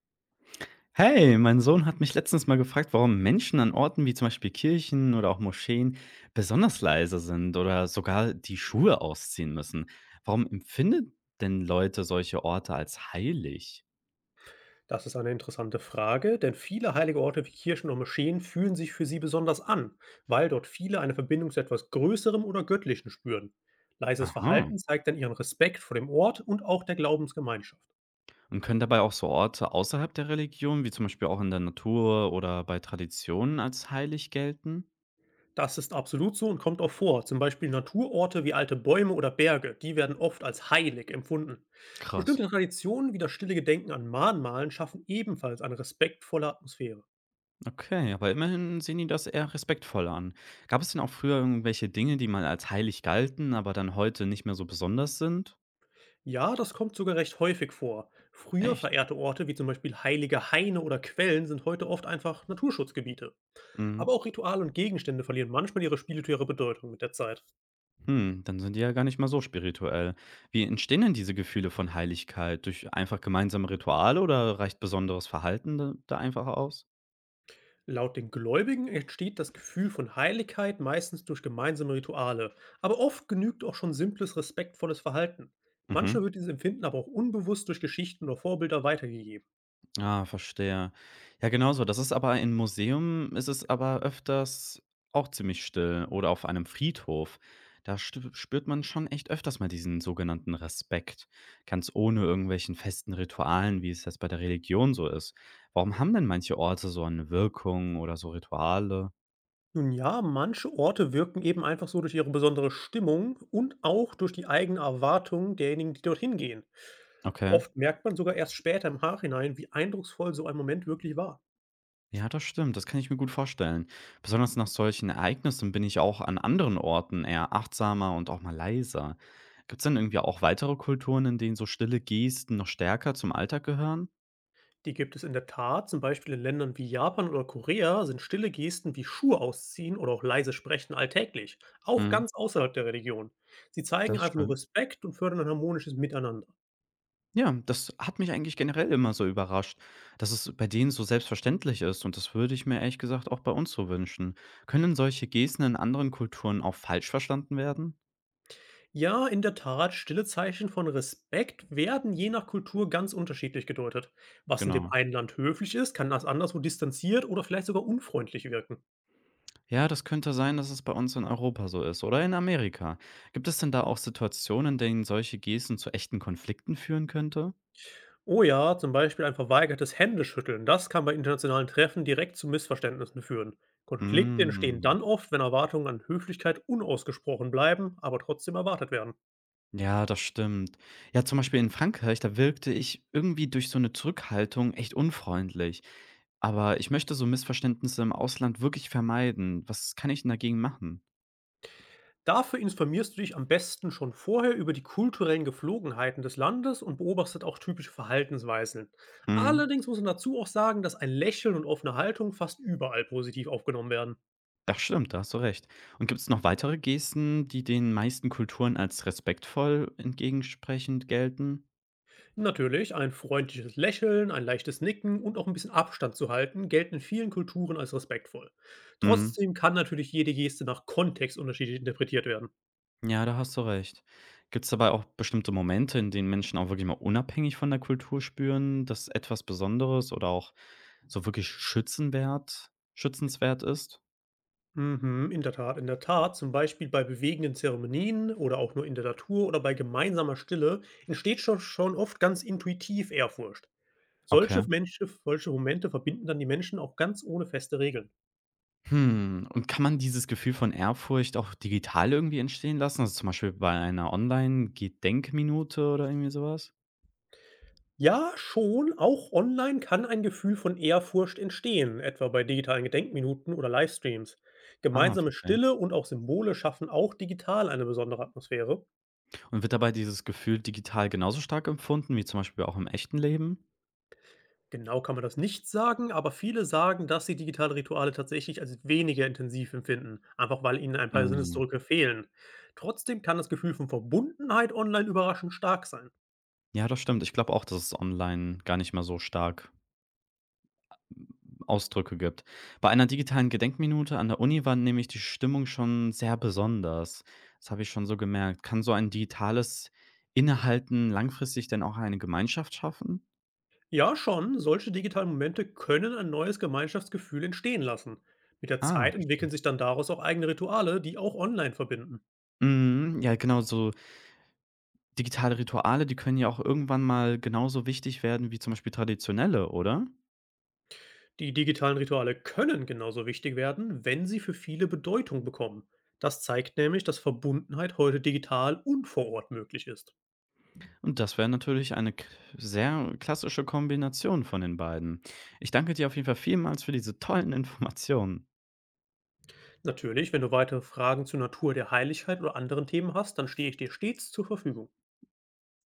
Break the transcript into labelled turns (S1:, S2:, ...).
S1: Hey, mein Sohn hat mich letztens mal gefragt, warum Menschen an Orten wie zum Beispiel Kirchen oder auch Moscheen besonders leise sind oder sogar die Schuhe ausziehen müssen. Warum empfinden denn Leute solche Orte als heilig?
S2: Das ist eine interessante Frage, denn viele heilige Orte wie Kirchen und Moscheen fühlen sich für sie besonders an, weil dort viele eine Verbindung zu etwas Größerem oder Göttlichen spüren. Leises
S1: Aha.
S2: Verhalten zeigt dann ihren Respekt vor dem Ort und auch der Glaubensgemeinschaft.
S1: Und können dabei auch so Orte außerhalb der Religion, wie zum Beispiel auch in der Natur oder bei Traditionen, als heilig gelten?
S2: Das ist absolut so und kommt auch vor. Zum Beispiel Naturorte wie alte Bäume oder Berge, die werden oft als heilig empfunden.
S1: Krass.
S2: Bestimmte Traditionen wie das stille Gedenken an Mahnmalen schaffen ebenfalls eine respektvolle Atmosphäre.
S1: Okay, aber immerhin sehen die das eher respektvoll an. Gab es denn auch früher irgendwelche Dinge, die mal als heilig galten, aber dann heute nicht mehr so besonders sind?
S2: Ja, das kommt sogar recht häufig vor. Früher
S1: Echt?
S2: verehrte Orte wie zum Beispiel heilige Haine oder Quellen sind heute oft einfach Naturschutzgebiete.
S1: Mhm.
S2: Aber auch Rituale und Gegenstände verlieren manchmal ihre spirituelle Bedeutung mit der Zeit.
S1: Hm, dann sind die ja gar nicht mal so spirituell. Wie entstehen denn diese Gefühle von Heiligkeit? Durch einfach gemeinsame Rituale oder reicht besonderes Verhalten da einfach aus?
S2: Laut den Gläubigen entsteht das Gefühl von Heiligkeit meistens durch gemeinsame Rituale, aber oft genügt auch schon simples, respektvolles Verhalten.
S1: Mhm.
S2: Manchmal wird dieses Empfinden aber auch unbewusst durch Geschichten oder Vorbilder weitergegeben.
S1: Ah, verstehe. Ja, genauso. Das ist aber in Museum ist es aber öfters auch ziemlich still oder auf einem Friedhof. Da spürt man schon echt öfters mal diesen sogenannten Respekt, ganz ohne irgendwelchen festen Ritualen, wie es jetzt bei der Religion so ist. Warum haben denn manche Orte so eine Wirkung oder so Rituale?
S2: Nun ja, manche Orte wirken eben einfach so durch ihre besondere Stimmung und auch durch die eigene Erwartung derjenigen, die dorthin gehen.
S1: Okay.
S2: Oft merkt man sogar erst später im Nachhinein, wie eindrucksvoll so ein Moment wirklich war.
S1: Ja, das stimmt. Das kann ich mir gut vorstellen. Besonders nach solchen Ereignissen bin ich auch an anderen Orten eher achtsamer und auch mal leiser. Gibt es denn irgendwie auch weitere Kulturen, in denen so stille Gesten noch stärker zum Alltag gehören?
S2: Die gibt es in der Tat, zum Beispiel in Ländern wie Japan oder Korea sind stille Gesten wie Schuhe ausziehen oder auch leise Sprechen alltäglich, auch
S1: Mhm,
S2: ganz außerhalb der Religion. Sie
S1: das
S2: zeigen
S1: ist
S2: einfach nur
S1: schön.
S2: Respekt und fördern ein harmonisches Miteinander.
S1: Ja, das hat mich eigentlich generell immer so überrascht, dass es bei denen so selbstverständlich ist. Und das würde ich mir ehrlich gesagt auch bei uns so wünschen. Können solche Gesten in anderen Kulturen auch falsch verstanden werden?
S2: Ja, in der Tat, stille Zeichen von Respekt werden je nach Kultur ganz unterschiedlich gedeutet. Was in dem
S1: Genau.
S2: einen Land höflich ist, kann das anderswo distanziert oder vielleicht sogar unfreundlich wirken.
S1: Ja, das könnte sein, dass es bei uns in Europa so ist oder in Amerika. Gibt es denn da auch Situationen, in denen solche Gesten zu echten Konflikten führen könnte?
S2: Oh ja, zum Beispiel ein verweigertes Händeschütteln, das kann bei internationalen Treffen direkt zu Missverständnissen führen. Konflikte entstehen
S1: Mm.
S2: dann oft, wenn Erwartungen an Höflichkeit unausgesprochen bleiben, aber trotzdem erwartet werden.
S1: Ja, das stimmt. Ja, zum Beispiel in Frankreich, da wirkte ich irgendwie durch so eine Zurückhaltung echt unfreundlich. Aber ich möchte so Missverständnisse im Ausland wirklich vermeiden. Was kann ich denn dagegen machen?
S2: Dafür informierst du dich am besten schon vorher über die kulturellen Geflogenheiten des Landes und beobachtest auch typische Verhaltensweisen.
S1: Mm.
S2: Allerdings muss man dazu auch sagen, dass ein Lächeln und offene Haltung fast überall positiv aufgenommen werden.
S1: Das stimmt, da hast du recht. Und gibt es noch weitere Gesten, die den meisten Kulturen als respektvoll entgegensprechend gelten?
S2: Natürlich, ein freundliches Lächeln, ein leichtes Nicken und auch ein bisschen Abstand zu halten, gelten in vielen Kulturen als respektvoll.
S1: Mm.
S2: Trotzdem kann natürlich jede Geste nach Kontext unterschiedlich interpretiert werden.
S1: Ja, da hast du recht. Gibt's dabei auch bestimmte Momente, in denen Menschen auch wirklich mal unabhängig von der Kultur spüren, dass etwas Besonderes oder auch so wirklich schützenwert schützenswert ist?
S2: Mhm, in der Tat, in der Tat. Zum Beispiel bei bewegenden Zeremonien oder auch nur in der Natur oder bei gemeinsamer Stille entsteht schon oft ganz intuitiv Ehrfurcht.
S1: Okay.
S2: Solche Momente verbinden dann die Menschen auch ganz ohne feste Regeln.
S1: Hm, und kann man dieses Gefühl von Ehrfurcht auch digital irgendwie entstehen lassen? Also, zum Beispiel bei einer Online-Gedenkminute oder irgendwie sowas?
S2: Ja, schon, auch online kann ein Gefühl von Ehrfurcht entstehen, etwa bei digitalen Gedenkminuten oder Livestreams.
S1: Ah,
S2: Gemeinsame
S1: verstehe.
S2: Stille und auch Symbole schaffen auch digital eine besondere Atmosphäre.
S1: Und wird dabei dieses Gefühl digital genauso stark empfunden wie zum Beispiel auch im echten Leben?
S2: Genau kann man das nicht sagen, aber viele sagen, dass sie digitale Rituale tatsächlich als weniger intensiv empfinden, einfach weil ihnen ein paar
S1: Mhm.
S2: Sinnesdrücke fehlen. Trotzdem kann das Gefühl von Verbundenheit online überraschend stark sein.
S1: Ja, das stimmt. Ich glaube auch, dass es online gar nicht mehr so stark Ausdrücke gibt. Bei einer digitalen Gedenkminute an der Uni war nämlich die Stimmung schon sehr besonders. Das habe ich schon so gemerkt. Kann so ein digitales Innehalten langfristig denn auch eine Gemeinschaft schaffen?
S2: Ja, schon, solche digitalen Momente können ein neues Gemeinschaftsgefühl entstehen lassen. Mit der
S1: Ah,
S2: Zeit
S1: verstehe.
S2: entwickeln sich dann daraus auch eigene Rituale, die auch online verbinden.
S1: Mhm, ja, genau, so digitale Rituale, die können ja auch irgendwann mal genauso wichtig werden wie zum Beispiel traditionelle, oder?
S2: Die digitalen Rituale können genauso wichtig werden, wenn sie für viele Bedeutung bekommen. Das zeigt nämlich, dass Verbundenheit heute digital und vor Ort möglich ist.
S1: Und das wäre natürlich eine sehr klassische Kombination von den beiden. Ich danke dir auf jeden Fall vielmals für diese tollen Informationen.
S2: Natürlich, wenn du weitere Fragen zur Natur der Heiligkeit oder anderen Themen hast, dann stehe ich dir stets zur Verfügung.